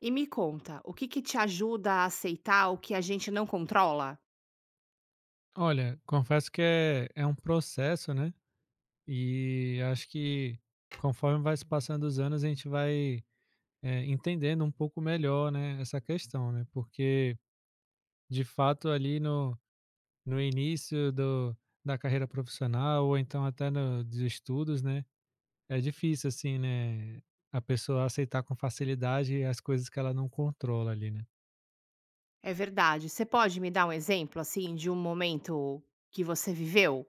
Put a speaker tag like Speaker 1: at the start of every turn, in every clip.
Speaker 1: E me conta, o que que te ajuda a aceitar o que a gente não controla?
Speaker 2: Olha, confesso que é um processo, né, e acho que conforme vai se passando os anos, a gente vai, entendendo um pouco melhor, né, essa questão, né, porque de fato ali no início do da carreira profissional ou então até no dos estudos, né, é difícil assim, né, a pessoa aceitar com facilidade as coisas que ela não controla ali, né.
Speaker 1: É verdade. Você pode me dar um exemplo, assim, de um momento que você viveu?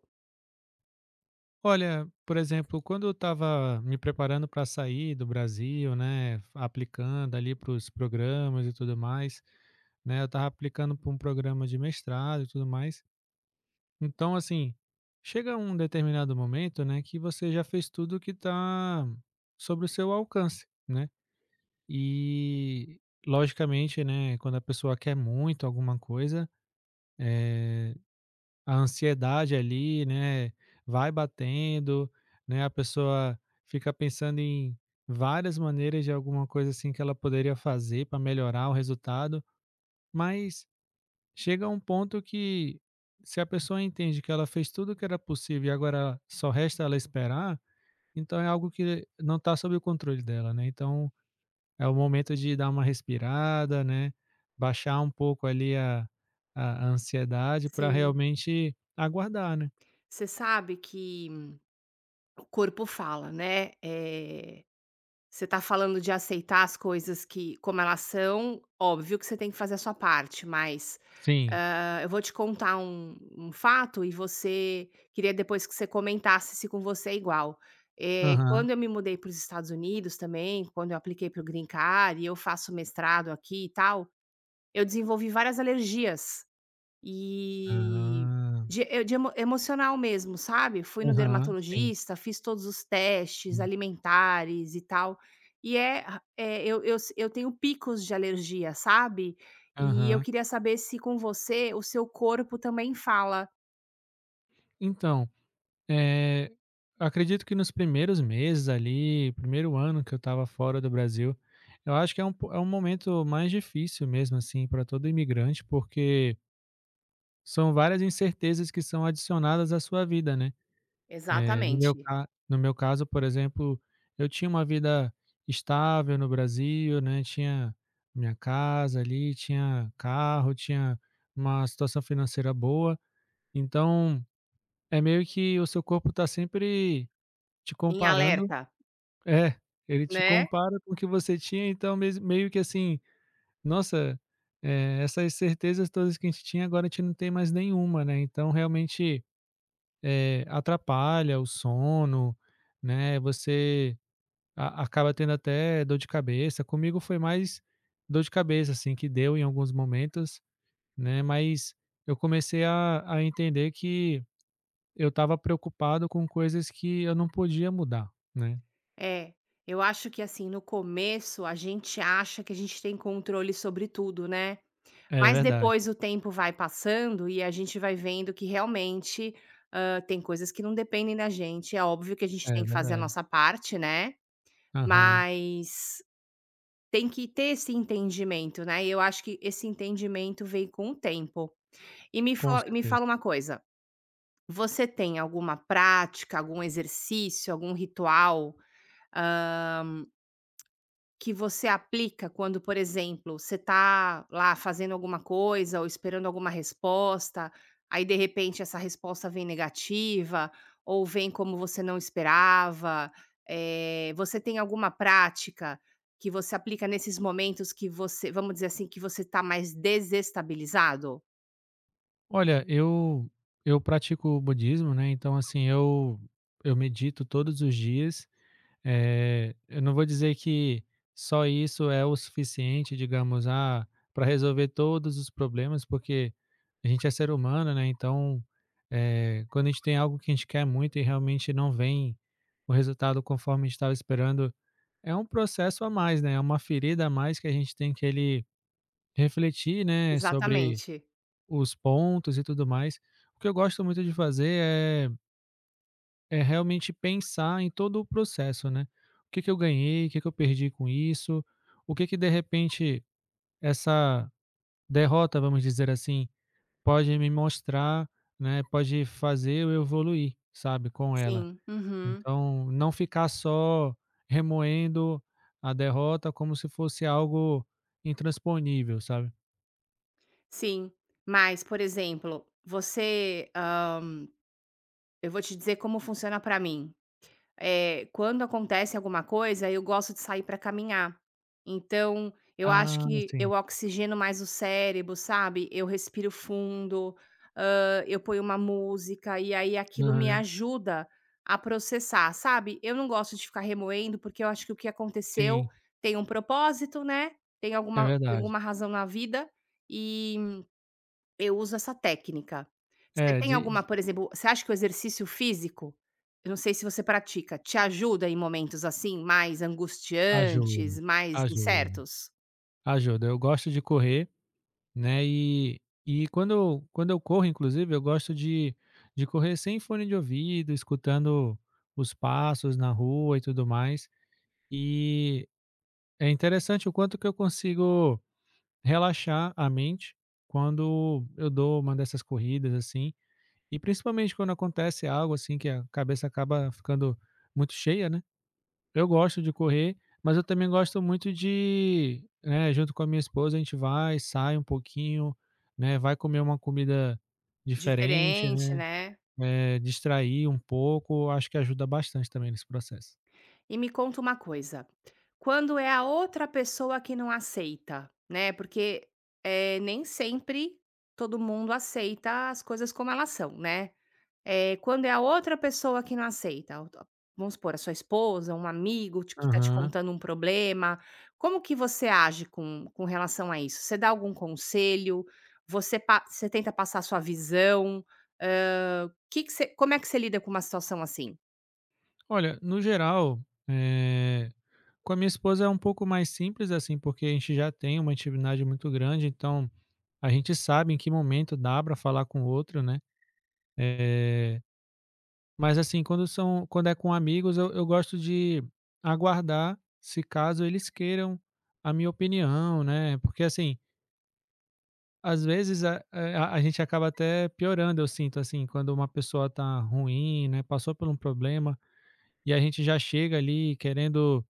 Speaker 2: Olha, por exemplo, quando eu estava me preparando para sair do Brasil, né, aplicando ali para os programas e tudo mais, né, eu estava aplicando para um programa de mestrado e tudo mais. Então, assim, chega um determinado momento, né, que você já fez tudo que está sobre o seu alcance, né? E, logicamente, né, quando a pessoa quer muito alguma coisa, a ansiedade ali, né, vai batendo, né, a pessoa fica pensando em várias maneiras de alguma coisa assim que ela poderia fazer para melhorar o resultado, mas chega um ponto que se a pessoa entende que ela fez tudo o que era possível e agora só resta ela esperar, então é algo que não está sob o controle dela, né? Então é o momento de dar uma respirada, né? Baixar um pouco ali a a ansiedade para
Speaker 1: Sim.
Speaker 2: realmente aguardar, né?
Speaker 1: Você sabe que o corpo fala, né? Você tá falando de aceitar as coisas que, como elas são, óbvio que você tem que fazer a sua parte, mas...
Speaker 2: Sim.
Speaker 1: Ah, eu vou te contar um fato e você queria depois que você comentasse se com você é igual.
Speaker 2: Aham.
Speaker 1: Quando eu me mudei para os Estados Unidos também, quando eu apliquei para o Green Card e eu faço mestrado aqui e tal, eu desenvolvi várias alergias. E
Speaker 2: Ah.
Speaker 1: de eu de emo emocional mesmo, sabe. Fui no
Speaker 2: Aham. Sim,
Speaker 1: dermatologista, fiz todos os testes
Speaker 2: sim.
Speaker 1: alimentares e tal, e é ra eh, eu s eu tenho picos de alergia, sabe. E eu
Speaker 2: Aham.
Speaker 1: queria saber se com você o seu corpo também fala.
Speaker 2: Então, eh, acredito que nos primeiros meses ali, primeiro ano que eu estava fora do Brasil, eu acho que é um po é um momento mais difícil mesmo, assim, para todo imigrante, porque são várias incertezas que são adicionadas à sua vida, né.
Speaker 1: Exatamente,
Speaker 2: No meu caso, por exemplo, eu tinha uma vida estável no Brasil, né, tinha minha casa ali, tinha carro, tinha uma situação financeira boa, então é meio que o seu corpo tá sempre te
Speaker 1: em
Speaker 2: comparando,
Speaker 1: alerta,
Speaker 2: é, ele te
Speaker 1: né.
Speaker 2: compara com o que você tinha, então mes meio que assim, nossa, essas certezas todas que a gente tinha agora a gente não tem mais nenhuma, né, então realmente atrapalha o sono, né, você a acaba tendo até dor de cabeça. Comigo foi mais dor de cabeça, assim, que deu em alguns momentos, né, mas eu comecei a entender que eu estava preocupado com coisas que eu não podia mudar, né.
Speaker 1: É, eu acho que, assim, no começo a gente acha que a gente tem controle sobre tudo, né.
Speaker 2: É
Speaker 1: Mas depois
Speaker 2: verdade,
Speaker 1: o tempo vai passando e a gente vai vendo que realmente, tem coisas que não dependem da gente. É óbvio que a gente tem
Speaker 2: é
Speaker 1: que fazer a
Speaker 2: verdade.
Speaker 1: nossa parte, né,
Speaker 2: Aham,
Speaker 1: mas tem que ter esse entendimento, né, e eu acho que esse entendimento vem com o tempo. E
Speaker 2: com
Speaker 1: me
Speaker 2: certeza.
Speaker 1: fala uma coisa, você tem alguma prática, algum exercício, algum ritual que você aplica quando, por exemplo, você está lá fazendo alguma coisa ou esperando alguma resposta, aí de repente essa resposta vem negativa ou vem como você não esperava. Você tem alguma prática que você aplica nesses momentos que você, vamos dizer assim, que você está mais desestabilizado?
Speaker 2: Olha, eu pratico budismo, né, então, assim, eu medito todos os dias. Eu não vou dizer que só isso é o suficiente, digamos, ah, para resolver todos os problemas, porque a gente é ser humano, né? Então, quando a gente tem algo que a gente quer muito e realmente não vem o resultado conforme a gente estava esperando, é um processo a mais, né? É uma ferida a mais que a gente tem que ele refletir, né? Sobre
Speaker 1: Exatamente.
Speaker 2: os pontos e tudo mais. O que eu gosto muito de fazer é realmente pensar em todo o processo, né. O que que eu ganhei, o que que eu perdi com isso, o que que de repente essa derrota, vamos dizer assim, pode me mostrar, né, pode fazer eu evoluir, sabe, com ela.
Speaker 1: Sim, uhum,
Speaker 2: Então, não ficar só remoendo a derrota como se fosse algo intransponível, sabe.
Speaker 1: sim. Mas, por exemplo, você, eu vou te dizer como funciona para mim. Quando acontece alguma coisa, eu gosto de sair para caminhar. Então, eu acho
Speaker 2: Ah,
Speaker 1: que eu
Speaker 2: sim.
Speaker 1: oxigeno mais o cérebro, sabe? Eu respiro fundo, eu ponho uma música e aí aquilo me
Speaker 2: Aham.
Speaker 1: ajuda a processar, sabe? Eu não gosto de ficar remoendo, porque eu acho que o que aconteceu
Speaker 2: Sim,
Speaker 1: tem um propósito, né?
Speaker 2: é
Speaker 1: Tem
Speaker 2: verdade.
Speaker 1: alguma razão na vida e eu uso essa técnica. Você
Speaker 2: É,
Speaker 1: tem alguma,
Speaker 2: de
Speaker 1: por exemplo, você acha que o exercício físico, eu não sei se você pratica, te ajuda em momentos assim mais
Speaker 2: ajuda,
Speaker 1: angustiantes, mais
Speaker 2: ajuda,
Speaker 1: incertos?
Speaker 2: ajuda. Eu gosto de correr, né? E, quando eu corro, inclusive, eu gosto de correr sem fone de ouvido, escutando os passos na rua e tudo mais. E é interessante o quanto que eu consigo relaxar a mente quando eu dou uma dessas corridas, assim. E principalmente quando acontece algo assim que a cabeça acaba ficando muito cheia, né? Eu gosto de correr, mas eu também gosto muito de, né, junto com a minha esposa, a gente vai, sai um pouquinho, né, vai comer uma comida diferente,
Speaker 1: Diferente,
Speaker 2: né,
Speaker 1: né.
Speaker 2: distrair um pouco, acho que ajuda bastante também nesse processo.
Speaker 1: E me conta uma coisa, quando é a outra pessoa que não aceita, né, porque nem sempre todo mundo aceita as coisas como elas são, né. Quando é a outra pessoa que não aceita, o to vamos supor, a sua esposa, um amigo te que está te
Speaker 2: Aham.
Speaker 1: contando um problema, como que você age com relação a isso? Você dá algum conselho? Você tenta passar a sua visão? Hã, que você Como é que você lida com uma situação assim?
Speaker 2: Olha, no geral, eh, com a minha esposa é um pouco mais simples, assim, porque a gente já tem uma intimidade muito grande, então a gente sabe em que momento dá para falar com o outro, né, eh. Mas assim, quando é com amigos, eu gosto de aguardar, se caso eles queiram a minha opinião, né, porque assim, às vezes a eh, a gente acaba até piorando, eu sinto, assim, quando uma pessoa tá ruim, né, passou por um problema, e a gente já chega ali querendo,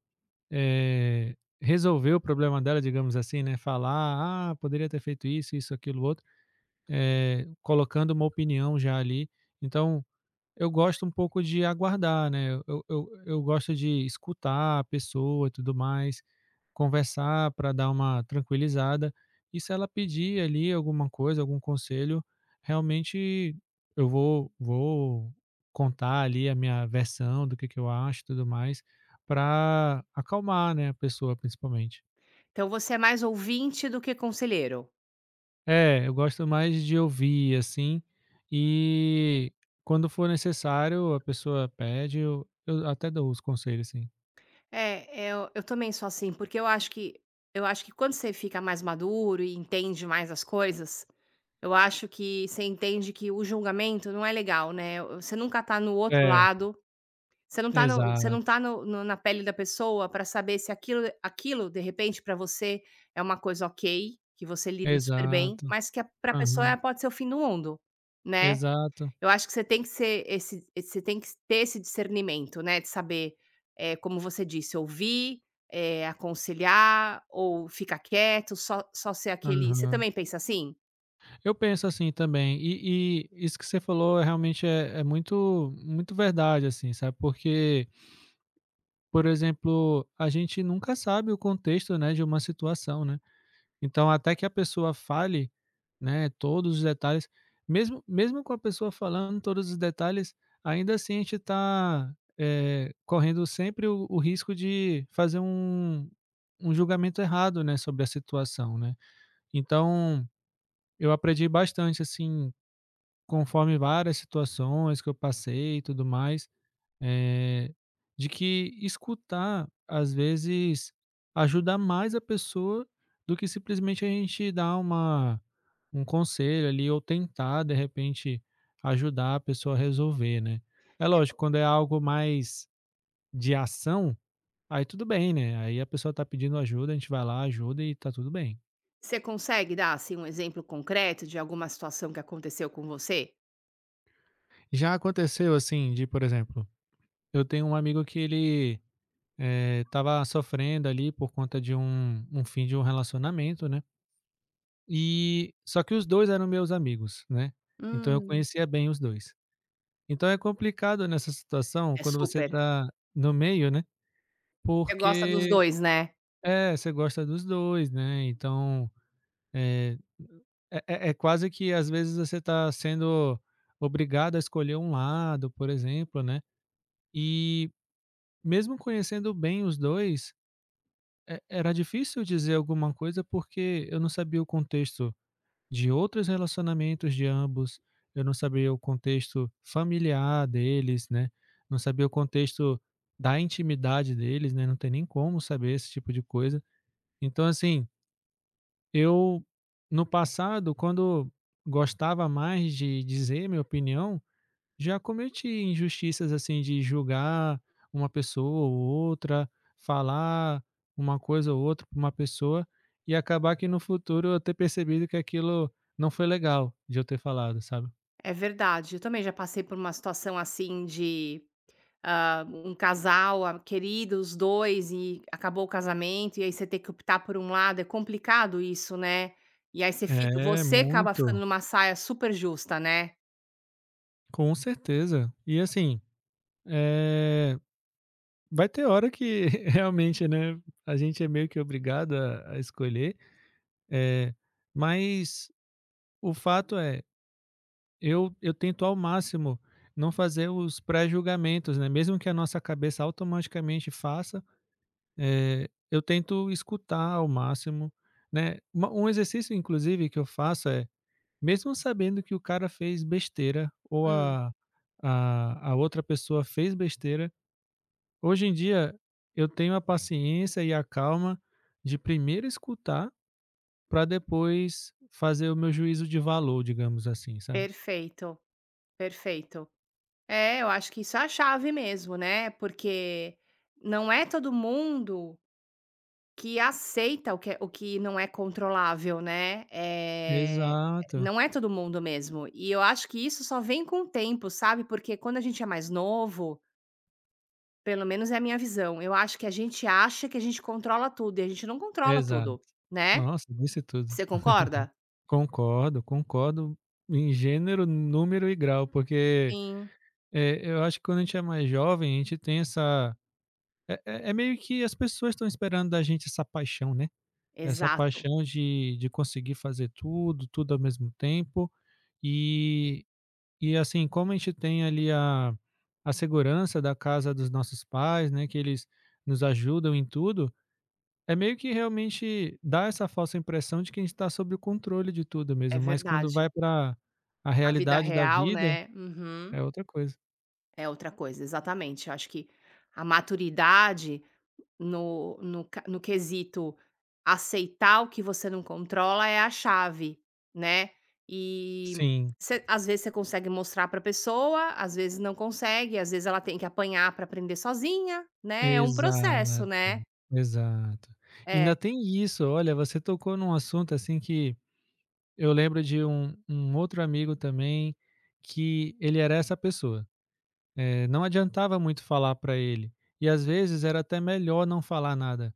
Speaker 2: resolver o problema dela, digamos assim, né, falar: "Ah, poderia ter feito isso, isso, aquilo, outro", colocando uma opinião já ali. Então eu gosto um pouco de aguardar, né, eu gosto de escutar a pessoa e tudo mais, conversar para dar uma tranquilizada, e se ela pedir ali alguma coisa, algum conselho, realmente eu vou vou contar ali a minha versão do que eu acho e tudo mais, para acalmar, né, a pessoa principalmente.
Speaker 1: Então você é mais ouvinte do que conselheiro?
Speaker 2: É, eu gosto mais de ouvir, assim, e quando for necessário, a pessoa pede, eu até dou os conselhos, sim.
Speaker 1: É, eu também sou assim, porque eu acho que quando você fica mais maduro e entende mais as coisas, eu acho que você entende que o julgamento não é legal, né, você nunca tá no outro
Speaker 2: É,
Speaker 1: lado, você não tá no
Speaker 2: exato,
Speaker 1: na pele da pessoa para saber se aquilo, de repente, para você é uma coisa ok, que você lida super bem,
Speaker 2: exato.
Speaker 1: mas que para a pessoa
Speaker 2: Aham,
Speaker 1: pode ser o fim do mundo, né.
Speaker 2: exato.
Speaker 1: Eu acho que você tem que ser você tem que ter esse discernimento, né, de saber, como você disse, ouvir, aconselhar ou ficar quieto, só só ser aquele... Você
Speaker 2: Aham.
Speaker 1: também pensa assim?
Speaker 2: Eu penso assim também, e isso que você falou é realmente é muito muito verdade, assim, sabe, porque, por exemplo, a gente nunca sabe o contexto, né, de uma situação, né. Então até que a pessoa fale, né, todos os detalhes, mesmo com a pessoa falando todos os detalhes, ainda assim a gente está, correndo sempre o risco de fazer um julgamento errado, né, sobre a situação, né. Então, eu aprendi bastante, assim, conforme várias situações que eu passei e tudo mais, eh, de que escutar, às vezes, ajuda mais a pessoa do que simplesmente a gente dar uma um conselho ali ou tentar, de repente, ajudar a pessoa a resolver, né. É lógico, quando é algo mais de ação, aí tudo bem, né, aí a pessoa tá pedindo ajuda, a gente vai lá, ajuda e tá tudo bem.
Speaker 1: Você consegue dar, assim, um exemplo concreto de alguma situação que aconteceu com você?
Speaker 2: Já aconteceu, assim, de, por exemplo, eu tenho um amigo que ele, estava sofrendo ali por conta de um fim de um relacionamento, né. E só que os 2 eram meus amigos, né, então eu
Speaker 1: Hum.
Speaker 2: conhecia bem os 2. Então é complicado nessa situação
Speaker 1: É
Speaker 2: quando você
Speaker 1: super.
Speaker 2: tá no meio, né,
Speaker 1: Você gosta dos
Speaker 2: porque
Speaker 1: 2, né?
Speaker 2: é, você gosta dos 2, né, então, eh, é quase que às vezes você tá sendo obrigado a escolher um lado, por exemplo, né, e mesmo conhecendo bem os 2, era difícil dizer alguma coisa, porque eu não sabia o contexto de outros relacionamentos de ambos, eu não sabia o contexto familiar deles, né, não sabia o contexto da intimidade deles, né, não tem nem como saber esse tipo de coisa. Então, assim, eu, no passado, quando gostava mais de dizer minha opinião, já cometi injustiças assim de julgar uma pessoa ou outra, falar uma coisa ou outra para uma pessoa e acabar que no futuro eu ter percebido que aquilo não foi legal de eu ter falado, sabe?
Speaker 1: É verdade, eu também já passei por uma situação assim de, um casal, a querido, os 2 e acabou o casamento, e aí você tem que optar por um lado, é complicado isso, né. E aí
Speaker 2: É,
Speaker 1: você acaba ficando
Speaker 2: muito.
Speaker 1: numa saia super justa, né.
Speaker 2: Com certeza. E assim, eh, vai ter hora que realmente, né, a gente é meio que obrigado a escolher, eh, mas o fato é, eu tento ao máximo não fazer os pré-julgamentos, né, mesmo que a nossa cabeça automaticamente faça, eu tento escutar ao máximo, né. Uma Um exercício inclusive que eu faço é, mesmo sabendo que o cara fez besteira ou
Speaker 1: Hum.
Speaker 2: a outra pessoa fez besteira, hoje em dia eu tenho a paciência e a calma de primeiro escutar para depois fazer o meu juízo de valor, digamos assim, sabe.
Speaker 1: Perfeito, perfeito. É, eu acho que isso é a chave mesmo, né, porque não é todo mundo que aceita o que é o que não é controlável, né,
Speaker 2: Exato,
Speaker 1: não é todo mundo mesmo. E eu acho que isso só vem com o tempo, sabe, porque quando a gente é mais novo, pelo menos é a minha visão, eu acho que a gente acha que a gente controla tudo e a gente não controla
Speaker 2: exato.
Speaker 1: tudo, né.
Speaker 2: Nossa, disse tudo.
Speaker 1: Você concorda?
Speaker 2: Concordo, concordo em gênero, número e grau, porque,
Speaker 1: Sim,
Speaker 2: eu acho que quando a gente é mais jovem, a gente tem essa meio que as pessoas estão esperando da gente essa paixão, né, essa
Speaker 1: exato,
Speaker 2: paixão de conseguir fazer tudo, tudo ao mesmo tempo, e e assim, como a gente tem ali a segurança da casa dos nossos pais, né, que eles nos ajudam em tudo, é meio que realmente dá essa falsa impressão de que a gente está sob o controle de tudo
Speaker 1: é
Speaker 2: mesmo, mas quando
Speaker 1: verdade.
Speaker 2: vai para a
Speaker 1: A vida
Speaker 2: realidade da
Speaker 1: real,
Speaker 2: vida,
Speaker 1: né. Uhum.
Speaker 2: é outra coisa.
Speaker 1: É outra coisa, exatamente. Eu acho que a maturidade no quesito aceitar o que você não controla é a chave, né. E
Speaker 2: Sim,
Speaker 1: você, às vezes você consegue mostrar para pessoa, às vezes não consegue, às vezes ela tem que apanhar para aprender sozinha, né, é um processo,
Speaker 2: exato,
Speaker 1: né.
Speaker 2: exato. Ainda
Speaker 1: É,
Speaker 2: tem isso, olha, você tocou num assunto, assim, que eu lembro de um outro amigo também, que ele era essa pessoa, não adiantava muito falar para ele, e às vezes era até melhor não falar nada,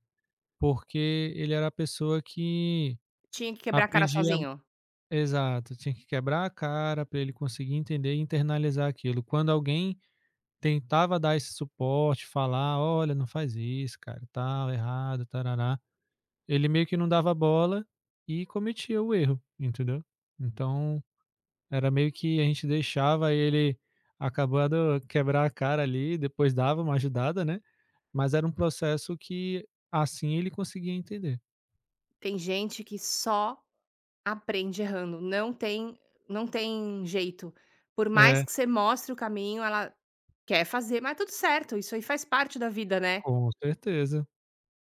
Speaker 2: porque ele era a pessoa que
Speaker 1: tinha que quebrar a cara
Speaker 2: aprendia.
Speaker 1: sozinho.
Speaker 2: Exato, tinha que quebrar a cara para ele conseguir entender e internalizar aquilo. Quando alguém tentava dar esse suporte, falar: "Olha, não faz isso, cara, tal, errado, tarará", ele meio que não dava bola e cometia o erro, entendeu? Então, era meio que a gente deixava ele acabando quebrar a cara ali, depois dava uma ajudada, né, mas era um processo que assim ele conseguia entender.
Speaker 1: Tem gente que só aprende errando, não tem jeito. Por mais
Speaker 2: É,
Speaker 1: que você mostre o caminho, ela... Quer fazer, mas tudo certo, isso aí faz parte da vida, né,
Speaker 2: com certeza,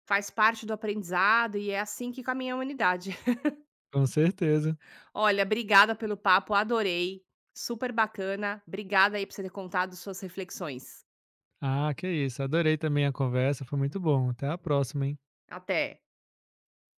Speaker 1: faz parte do aprendizado e é assim que caminha a humanidade.
Speaker 2: com certeza.
Speaker 1: Olha, obrigada pelo papo, adorei, super bacana, obrigada aí por você ter contado suas reflexões.
Speaker 2: Ah, que isso. Adorei também a conversa, foi muito bom. Até a próxima, hein.
Speaker 1: Até.